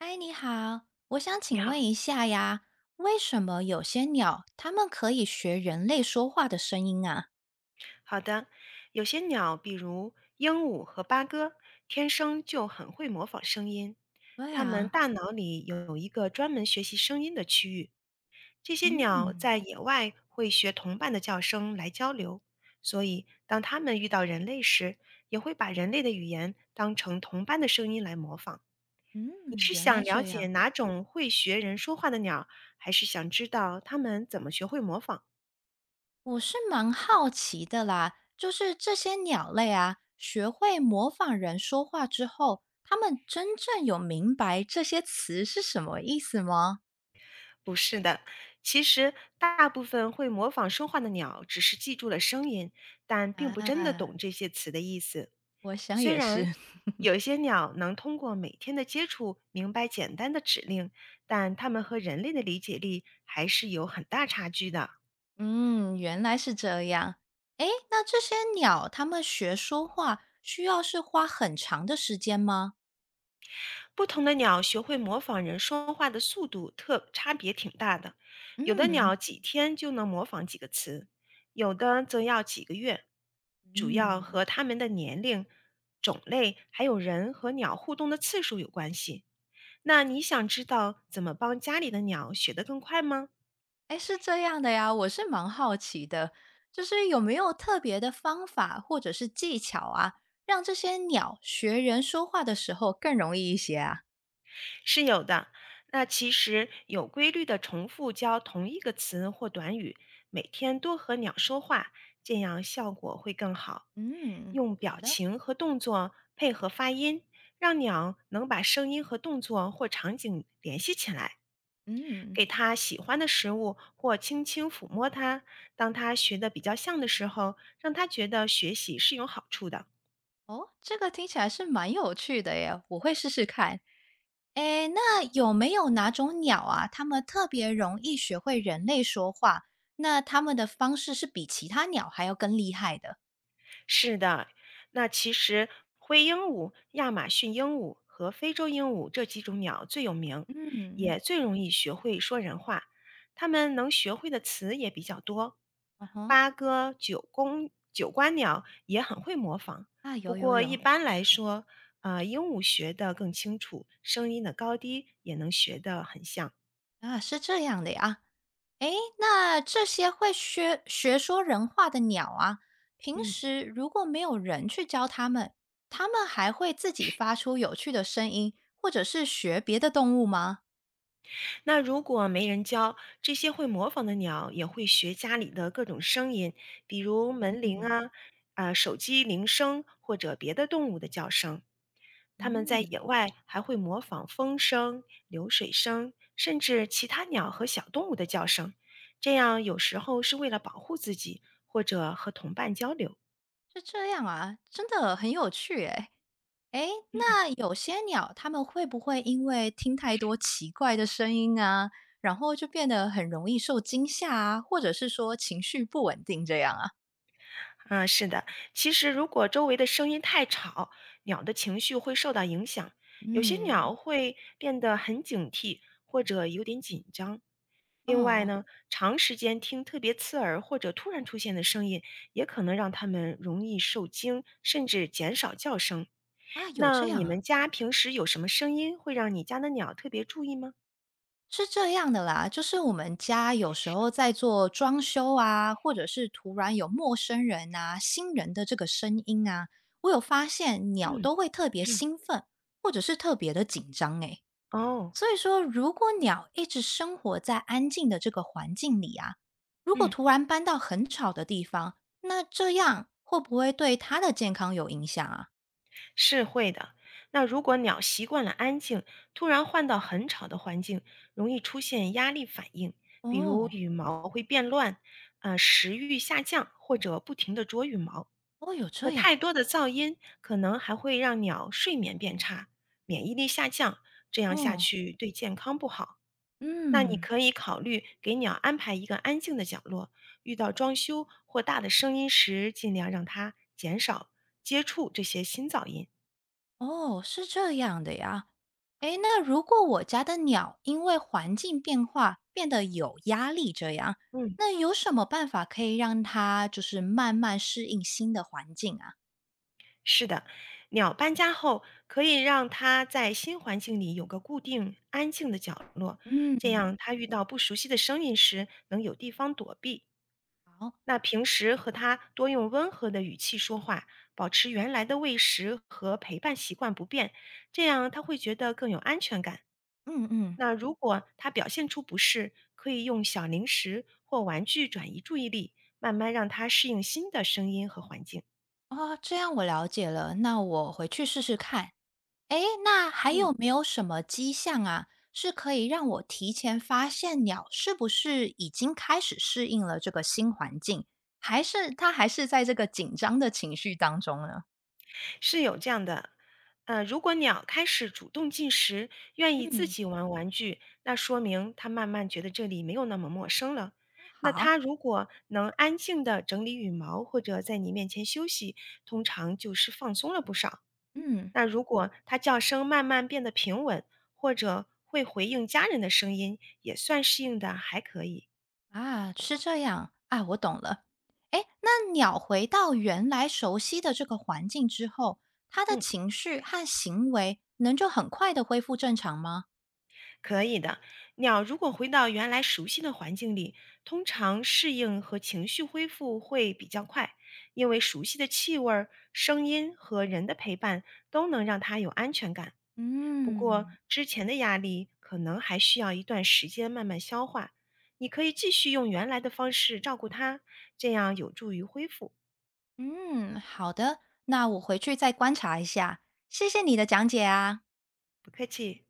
嗨，你好，我想你请好，问一下呀，为什么有些鸟它们可以学人类说话的声音啊？好的。有些鸟，比如鹦鹉和八哥，天生就很会模仿声音。对它们啊，大脑里有一个专门学习声音的区域。这些鸟嗯在野外会学同伴的叫声来交流，所以当它们遇到人类时，也会把人类的语言当成同伴的声音来模仿。你嗯，是原想来了这解样，哪种会学人说话的鸟，还是想知道它们怎么学会模仿？我是蛮好奇的啦。就是这些鸟类啊，学会模仿人说话之后，它们真正有明白这些词是什么意思吗？不是的，其实大部分会模仿说话的鸟只是记住了声音，但并不真的啊，懂这些词的意思。我想虽也是。然 有些鸟能通过每天的接触明白简单的指令，但它们和人类的理解力还是有很大差距的。嗯，原来是这样。诶，那这些鸟，它们学说话需要是花很长的时间吗？不同的鸟学会模仿人说话的速度特差别挺大的，有的嗯鸟几天就能模仿几个词，有的则要几个月，主要嗯，和它们的年龄、种类，还有人和鸟互动的次数有关系。那你想知道怎么帮家里的鸟学得更快吗？诶，是这样的呀，我是蛮好奇的，就是有没有特别的方法或者是技巧啊，让这些鸟学人说话的时候更容易一些啊？是有的。那其实有规律的重复教同一个词或短语，每天多和鸟说话，这样效果会更好。嗯，用表好的，情和动作配合发音，让鸟能把声音和动作或场景联系起来。嗯。给它喜欢的食物或轻轻抚摸它。当它学的比较像的时候，让它觉得学习是有好处的。哦，这个听起来是蛮有趣的耶，我会试试看。诶，那有没有哪种鸟啊，它们特别容易学会人类说话？那它们的方式是比其他鸟还要更厉害的？是的，那其实灰鹦鹉、亚马逊鹦鹉和非洲鹦鹉这几种鸟最有名，嗯，也最容易学会说人话。它们能学会的词也比较多。嗯哼，八哥、九公九官鸟也很会模仿，啊，不有有过一有般来说，鹦鹉学得更清楚，声音的高低也能学得很像。啊，是这样的呀。诶，那这些会学学说人话的鸟啊，平嗯，时如果没有人去教它们，它们还会自己发出有趣的声音，或者是学别的动物吗？那如果没人教，这些会模仿的鸟也会学家里的各种声音，比如门铃嗯，啊、啊、手机铃声或者别的动物的叫声。它们在嗯，野外还会模仿风声、流水声，甚至其他鸟和小动物的叫声，这样有时候是为了保护自己或者和同伴交流。是这样啊，真的很有趣诶。诶，嗯那有些鸟它们会不会因为听太多奇怪的声音啊，然后就变得很容易受惊吓啊，或者是说情绪不稳定这样啊？啊，是的。其实，如果周围的声音太吵，鸟的情绪会受到影响。有些嗯，鸟会变得很警惕，或者有点紧张。另外哦，呢，长时间听特别刺耳或者突然出现的声音，也可能让它们容易受惊，甚至减少叫声。啊，有那这你样啊，们家平时有什么声音会让你家的鸟特别注意吗？是这样的啦，就是我们家有时候在做装修啊，或者是突然有陌生人啊、新人的这个声音啊，我有发现鸟嗯，都会特别嗯兴奋，或者是特别的紧张诶。哦，所以说，如果鸟一直生活在安静的这个环境里啊，如果嗯。突然搬到很吵的地方，那这样会不会对它的健康有影响啊？是会的。那如果鸟习惯了安静，突然换到很吵的环境，容易出现压力反应，比如哦，羽毛会变乱，食欲下降，或者不停地啄羽毛。哦，有那这样，太多的噪音可能还会让鸟睡眠变差，免疫力下降，这样下嗯去对健康不好。那你嗯，可以考虑给鸟安排一个安静的角落，遇到装修或大的声音时，尽量让它减少接触这些新噪音。哦，是这样的呀。诶，那如果我家的鸟因为环境变化变得有压力，这样，嗯。那有什么办法可以让它就是慢慢适应新的环境啊？是的，鸟搬家后可以让它在新环境里有个固定、安静的角落，这嗯，样它遇到不熟悉的声音时能有地方躲避。好，那平时和它多用温和的语气说话，保持原来的喂食和陪伴习惯不变，这样它会觉得更有安全感。嗯嗯。那如果它表现出不适，可以用小零食或玩具转移注意力，慢慢让它适应新的声音和环境。哦，这样我了解了，那我回去试试看。诶，那还嗯。有没有什么迹象啊，是可以让我提前发现鸟是不是已经开始适应了这个新环境，还是它还是在这个紧张的情绪当中呢？是有这样的，如果鸟开始主动进食，愿意自嗯，己玩玩具，那说明它慢慢觉得这里没有那么陌生了。那它好，如果能安静的整理羽毛，或者在你面前休息，通常就是放松了不少。嗯，那如果它叫声慢慢变得平稳，或者会回应家人的声音，也算适应的还可以。啊，是这样啊，我懂了。诶，那鸟回到原来熟悉的这个环境之后，它的嗯。情绪和行为能就很快的恢复正常吗？可以的，鸟如果回到原来熟悉的环境里，通常适应和情绪恢复会比较快，因为熟悉的气味儿、声音和人的陪伴都能让它有安全感。不过，嗯。之前的压力可能还需要一段时间慢慢消化。你可以继续用原来的方式照顾它，这样有助于恢复。嗯，好的，那我回去再观察一下。谢谢你的讲解啊。不客气。